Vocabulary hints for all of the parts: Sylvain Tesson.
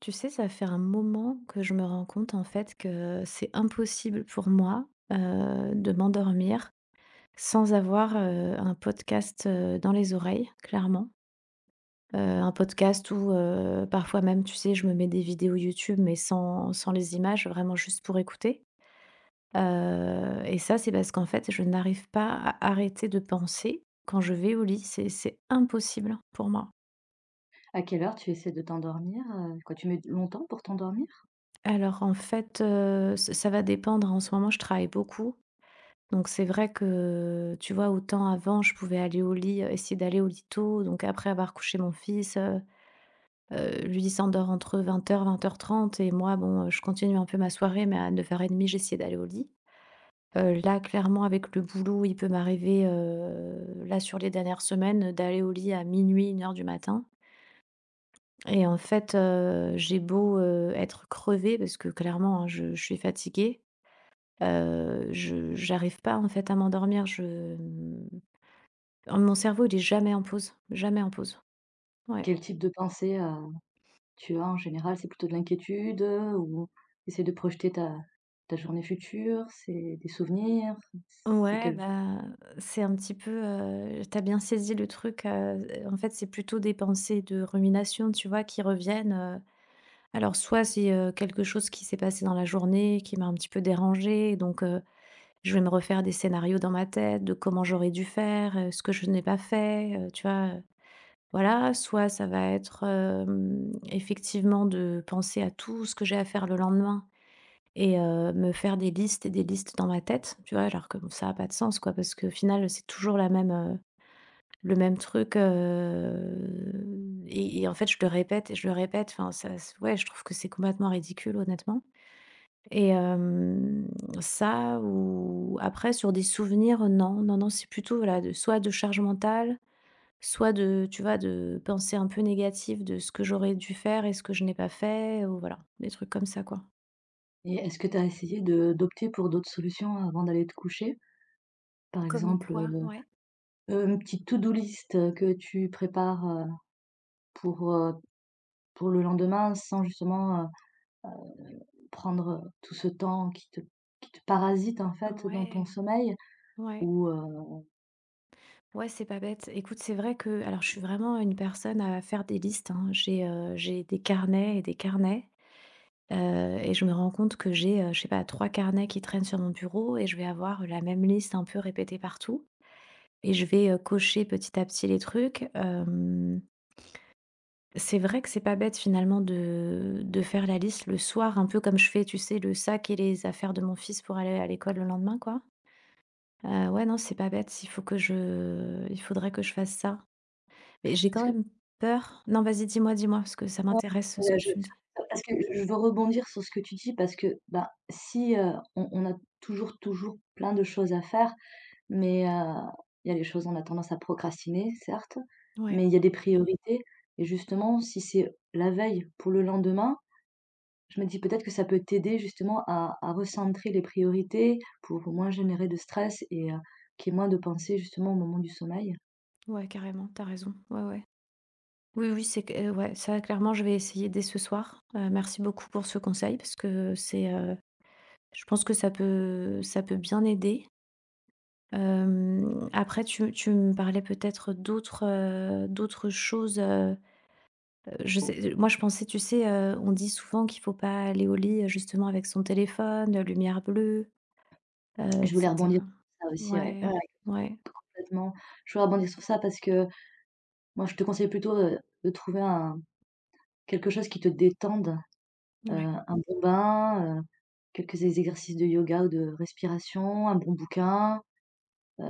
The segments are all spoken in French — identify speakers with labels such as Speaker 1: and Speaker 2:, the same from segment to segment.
Speaker 1: Tu sais, ça fait un moment que je me rends compte en fait que c'est impossible pour moi de m'endormir sans avoir un podcast dans les oreilles, clairement. Un podcast où parfois même, tu sais, je me mets des vidéos YouTube mais sans les images, vraiment juste pour écouter. Et ça, c'est parce qu'en fait, je n'arrive pas à arrêter de penser quand je vais au lit. C'est impossible pour moi.
Speaker 2: À quelle heure tu essaies de t'endormir, Quoi, tu mets longtemps pour t'endormir?
Speaker 1: Alors en fait, ça va dépendre. En ce moment, je travaille beaucoup. Donc c'est vrai que, tu vois, autant avant, je pouvais aller au lit, essayer d'aller au lit tôt, donc après avoir couché mon fils, lui, il s'endort entre 20 h 20 h 30 et moi, bon, je continue un peu ma soirée, mais à 9 h 30, j'essayais d'aller au lit. Là, clairement, avec le boulot, il peut m'arriver, là, sur les dernières semaines, d'aller au lit à minuit 1 h du matin. Et en fait, j'ai beau, être crevée parce que clairement, hein, je suis fatiguée, je j'arrive pas, en fait, à m'endormir. Je, mmh Oh, mon cerveau, il est jamais en pause, jamais en pause. Ouais.
Speaker 2: Quel type de pensées, tu as en général? C'est plutôt de l'inquiétude, ou essayer de projeter ta journée future? C'est des souvenirs? C'est
Speaker 1: Ouais,
Speaker 2: quel.
Speaker 1: bah, c'est un petit peu, tu bien saisi le truc, en fait, c'est plutôt des pensées de rumination, tu vois, qui reviennent, alors soit c'est, quelque chose qui s'est passé dans la journée, qui m'a un petit peu dérangée, donc je vais me refaire des scénarios dans ma tête de comment j'aurais dû faire, ce que je n'ai pas fait, tu vois? Voilà, soit ça va être, effectivement de penser à tout ce que j'ai à faire le lendemain. Et me faire des listes et des listes dans ma tête, tu vois? Alors que bon, ça a pas de sens, quoi, parce qu'au final, c'est toujours la même, le même truc, et en fait, je le répète et je le répète. Enfin, ça s ouais, je trouve que c'est complètement ridicule, honnêtement et ça ou après sur des souvenirs, non, non, non, c'est plutôt, voilà, de soit de charge mentale, soit de, tu vois, de pensées un peu négative de ce que j'aurais dû faire et ce que je n'ai pas fait ou voilà, des trucs comme ça, quoi.
Speaker 2: Et est-ce que tu as essayé de d'opter pour d'autres solutions avant d'aller te coucher? Par
Speaker 1: Comme
Speaker 2: exemple,
Speaker 1: quoi? Ouais.
Speaker 2: une petite to-do list, que tu prépares, pour, heu, pour le lendemain sans justement, prendre, tout ce temps qui te parasite en fait dans ton
Speaker 1: Ouais.
Speaker 2: sommeil?
Speaker 1: Ouais,
Speaker 2: Ou,
Speaker 1: ouais, c'est pas bête. Écoute, c'est vrai que, alors, je suis vraiment une personne à faire des listes, hein. J'ai des carnets, et je me rends compte que j'ai, je sais pas, trois carnets qui traînent sur mon bureau, et je vais avoir la même liste un peu répétée partout, et je vais cocher petit à petit les trucs. C'est vrai que c'est pas bête finalement de faire la liste le soir, un peu comme je fais, tu sais, le sac et les affaires de mon fils pour aller à l'école le lendemain, quoi. Ouais, non, c'est pas bête. Il faudrait que je fasse ça. Mais j'ai
Speaker 2: est-ce
Speaker 1: quand
Speaker 2: que.
Speaker 1: même peur. Non, vas-y, dis-moi, dis-moi, parce que ça
Speaker 2: Non,
Speaker 1: m'intéresse ce que
Speaker 2: je,
Speaker 1: tu me dis.
Speaker 2: parce que je veux rebondir sur ce que tu dis parce que, bah, si, on a toujours, toujours plein de choses à faire, mais, il y a les choses on a tendance à procrastiner, certes, mais
Speaker 1: Ouais,
Speaker 2: il y a des priorités et justement, si c'est la veille pour le lendemain, je me dis peut-être que ça peut t'aider justement à recentrer les priorités pour moins générer de stress et qu'il y ait moins de pensées justement au moment du sommeil.
Speaker 1: ouais, carrément, t'as raison. Ouais, ouais. Oui, oui, c'est que ouais, ça clairement, je vais essayer dès ce soir. Merci beaucoup pour ce conseil parce que c'est, je pense que ça peut bien aider. Après tu me parlais peut-être d'autres, d'autres choses, je
Speaker 2: Bon,
Speaker 1: sais moi je pensais, tu sais, on dit souvent qu'il faut pas aller au lit, justement avec son téléphone, lumière bleue, et
Speaker 2: je voulais rebondir
Speaker 1: cetera.
Speaker 2: sur ça aussi, ouais. Ouais,
Speaker 1: Ouais, ouais.
Speaker 2: complètement. Je voulais rebondir sur ça parce que moi, je te conseille plutôt, de trouver un quelque chose qui te détende, heu,
Speaker 1: Ouais,
Speaker 2: un bon bain, quelques exercices de yoga ou de respiration, un bon bouquin. Heu,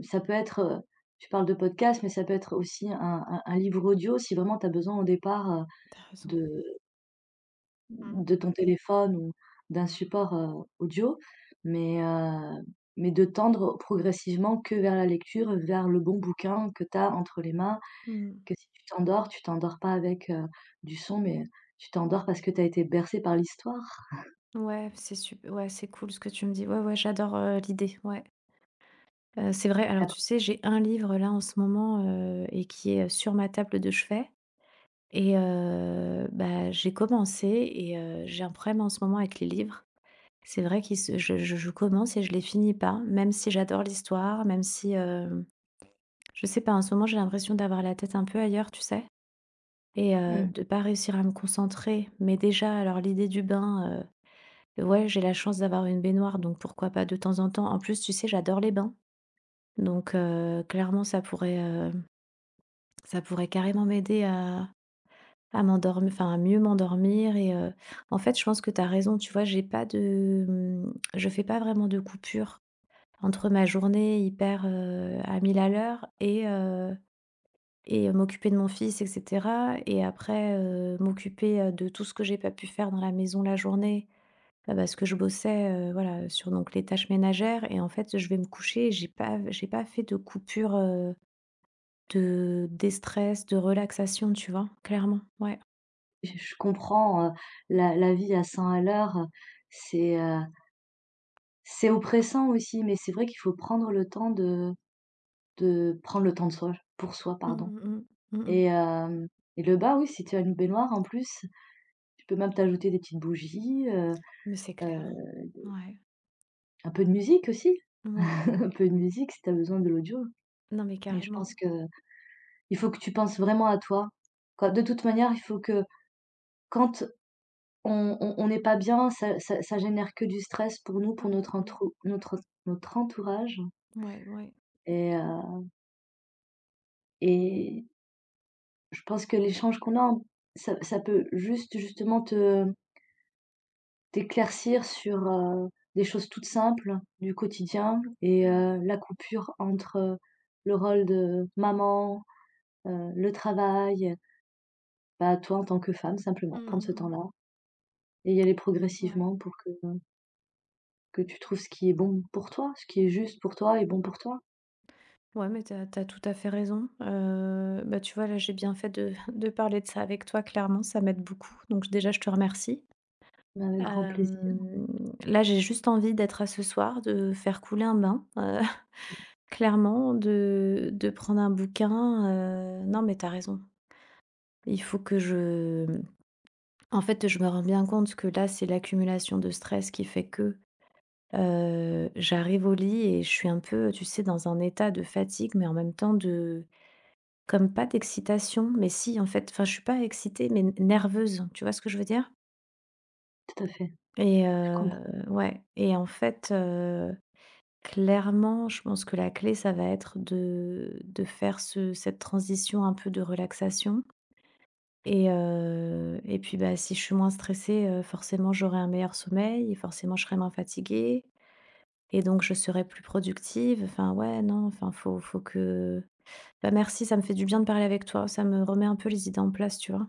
Speaker 2: ça peut être, tu parles de podcast, mais ça peut être aussi un livre audio si vraiment tu as besoin au départ,
Speaker 1: t'as raison.
Speaker 2: de
Speaker 1: Mmh.
Speaker 2: de ton téléphone ou d'un support, audio. Mais, heu, mais de tendre progressivement que vers la lecture, vers le bon bouquin que tu as entre les mains.
Speaker 1: Mmh.
Speaker 2: Que si tu t'endors, tu t'endors pas avec, du son, mais, tu t'endors parce que tu as été bercé par l'histoire.
Speaker 1: Ouais, c'est super. Ouais, c'est cool ce que tu me dis. Ouais, ouais, j'adore, l'idée, ouais. C'est vrai,
Speaker 2: Et
Speaker 1: alors
Speaker 2: après
Speaker 1: tu sais, j'ai un livre là en ce moment, et qui est, sur ma table de chevet et bah, j'ai commencé et j'ai un problème en ce moment avec les livres. C'est vrai que je commence et je les finis pas, même si j'adore l'histoire, même si, je sais pas, en ce moment, j'ai l'impression d'avoir la tête un peu ailleurs, tu sais? Et
Speaker 2: mmh,
Speaker 1: de pas réussir à me concentrer, mais déjà, alors l'idée du bain, ouais, j'ai la chance d'avoir une baignoire, donc pourquoi pas de temps en temps. En plus, tu sais, j'adore les bains. Donc clairement, ça pourrait carrément m'aider à m'endorm enfin, à mieux m'endormir et en fait, je pense que tu as raison, tu vois? J'ai pas de, mmh, Je fais pas vraiment de coupure entre ma journée hyper, à 1000 à l'heure et m'occuper de mon fils et cetera et après, m'occuper, de tout ce que j'ai pas pu faire dans la maison la journée. Bah, parce que je bossais, voilà, sur donc les tâches ménagères et en fait, je vais me coucher et j'ai pas fait de coupure, de déstress, de relaxation, tu vois? Clairement, ouais.
Speaker 2: je comprends, la vie à 100 à l'heure, c'est, heu, c'est oppressant aussi, mais c'est vrai qu'il faut prendre le temps de prendre le temps de soi, pour soi,
Speaker 1: Mmh
Speaker 2: pardon.
Speaker 1: mh, mmh. Mmh mh.
Speaker 2: Et hem et le bas, oui, si tu as une baignoire en plus, tu peux même t'ajouter des petites bougies,
Speaker 1: Mais c'est
Speaker 2: heu,
Speaker 1: clair. Ouais.
Speaker 2: un peu de musique aussi,
Speaker 1: Ouais,
Speaker 2: un
Speaker 1: ouais.
Speaker 2: peu de musique si tu as besoin de l'audio.
Speaker 1: Non, mais
Speaker 2: Mais je
Speaker 1: carrément.
Speaker 2: pense que il faut que tu penses vraiment à toi. Quand de toute manière, il faut que quand on n'est pas bien, ça génère que du stress pour nous, pour
Speaker 1: Mmh
Speaker 2: notre
Speaker 1: mh,
Speaker 2: entrou notre notre entourage
Speaker 1: mmh. Ouais, ouais.
Speaker 2: et heu et je pense que l'échange qu'on a, ça peut juste justement te t'éclaircir sur, des choses toutes simples du quotidien et
Speaker 1: Mmh.
Speaker 2: la coupure entre, le rôle de maman, le travail, bah, toi en tant que femme simplement,
Speaker 1: Mmh
Speaker 2: prendre
Speaker 1: mh,
Speaker 2: ce
Speaker 1: mmh.
Speaker 2: temps-là et y aller
Speaker 1: Mmh. Ouais.
Speaker 2: progressivement pour que tu trouves ce qui est bon pour toi, ce qui est juste pour toi et bon pour toi.
Speaker 1: Ouais, mais t'as tout à fait raison. Bah, tu vois, là, j'ai bien fait de de parler de ça avec toi, clairement, ça m'aide beaucoup. Donc déjà, je te remercie.
Speaker 2: Mais avec grand plaisir,
Speaker 1: Hem, Là, j'ai juste envie d'être à ce soir, de faire couler un bain, clairement, de prendre un bouquin, non, mais t'as raison. Il faut que je En fait, je me rends bien compte que là, c'est l'accumulation de stress qui fait que, j'arrive au lit et je suis un peu, tu sais, dans un état de fatigue, mais en même temps de comme pas d'excitation, mais si, en fait. Enfin, je suis pas excitée, mais nerveuse, tu vois ce que je veux dire?
Speaker 2: tout à fait,
Speaker 1: Et
Speaker 2: je comprends.
Speaker 1: ouais et en fait, clairement, je pense que la clé, ça va être de faire ce cette transition un peu de relaxation et puis, bah, si je suis moins stressée, forcément, j'aurai un meilleur sommeil et forcément, je serai moins fatiguée et donc je serai plus productive. Enfin, ouais, non, enfin, faut faut que bah, merci, ça me fait du bien de parler avec toi. Ça me remet un peu les idées en place, tu vois?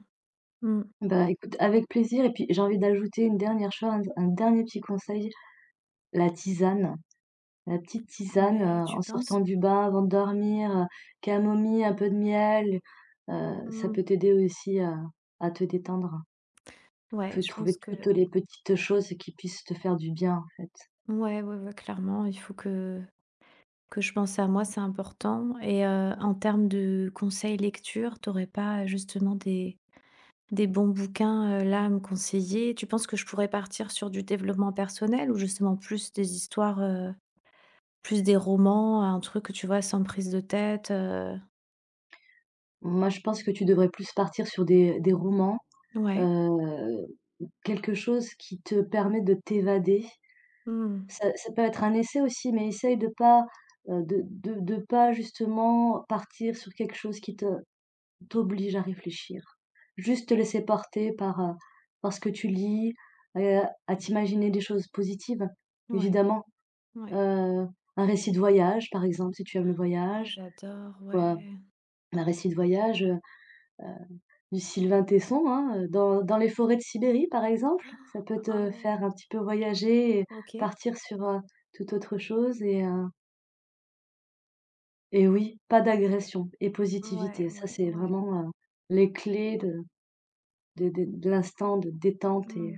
Speaker 1: Mmh.
Speaker 2: Bah, écoute, avec plaisir et puis j'ai envie d'ajouter une dernière chose, un dernier petit conseil, la tisane, la petite tisane,
Speaker 1: Ouais, tu
Speaker 2: en
Speaker 1: penses?
Speaker 2: sortant du bain, avant de dormir, camomille, un peu de miel, ça
Speaker 1: Mmh.
Speaker 2: peut t'aider aussi à te détendre.
Speaker 1: Ouais,
Speaker 2: Faut
Speaker 1: je pense
Speaker 2: trouver toutes
Speaker 1: que
Speaker 2: les petites choses qui puissent te faire du bien, en fait.
Speaker 1: ouais, ouais, ouais, clairement, il faut que je pense à moi, c'est important et en termes de conseils lecture, t'aurais pas, justement des bons bouquins, là, à me conseiller? Tu penses que je pourrais partir sur du développement personnel ou justement plus des histoires, plus des romans, un truc, que tu vois, sans prise de tête?
Speaker 2: Moi, je pense que tu devrais plus partir sur des romans,
Speaker 1: Ouais.
Speaker 2: heu. Quelque chose qui te permet de t'évader.
Speaker 1: Mmh.
Speaker 2: Ça peut être un essai aussi, mais essaye de pas, de de pas justement partir sur quelque chose qui te t'oblige à réfléchir. Juste te laisser porter par, par ce que tu lis, heu, à t'imaginer des choses positives,
Speaker 1: Ouais.
Speaker 2: évidemment.
Speaker 1: Ouais.
Speaker 2: Heu, un récit de voyage, par exemple, si tu aimes le
Speaker 1: Ah,
Speaker 2: voyage,
Speaker 1: j'adore,
Speaker 2: ou,
Speaker 1: ouais.
Speaker 2: un récit de voyage, du Sylvain Tesson, hein, dans les forêts de Sibérie, par exemple? Ça peut te
Speaker 1: Oh,
Speaker 2: faire un petit peu voyager et
Speaker 1: OK.
Speaker 2: partir sur, toute autre chose et oui, pas d'agression et
Speaker 1: Ouais,
Speaker 2: positivité. Ça,
Speaker 1: ouais,
Speaker 2: c'est
Speaker 1: ouais.
Speaker 2: vraiment, les clés de de l'instant de détente
Speaker 1: Mmh.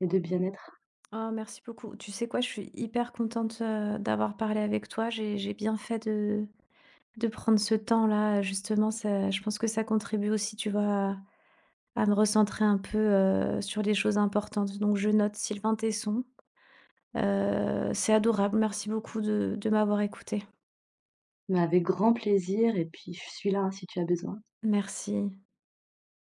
Speaker 2: et de bien-être.
Speaker 1: Oh, merci beaucoup. Tu sais quoi? Je suis hyper contente, d'avoir parlé avec toi. J'ai bien fait de prendre ce temps-là, justement, ça je pense que ça contribue aussi, tu vois, à à me recentrer un peu, sur les choses importantes. Donc je note Sylvain Tesson. C'est adorable. Merci beaucoup de m'avoir écoutée.
Speaker 2: Mais avec grand plaisir et puis je suis là, hein, si tu as besoin.
Speaker 1: Merci.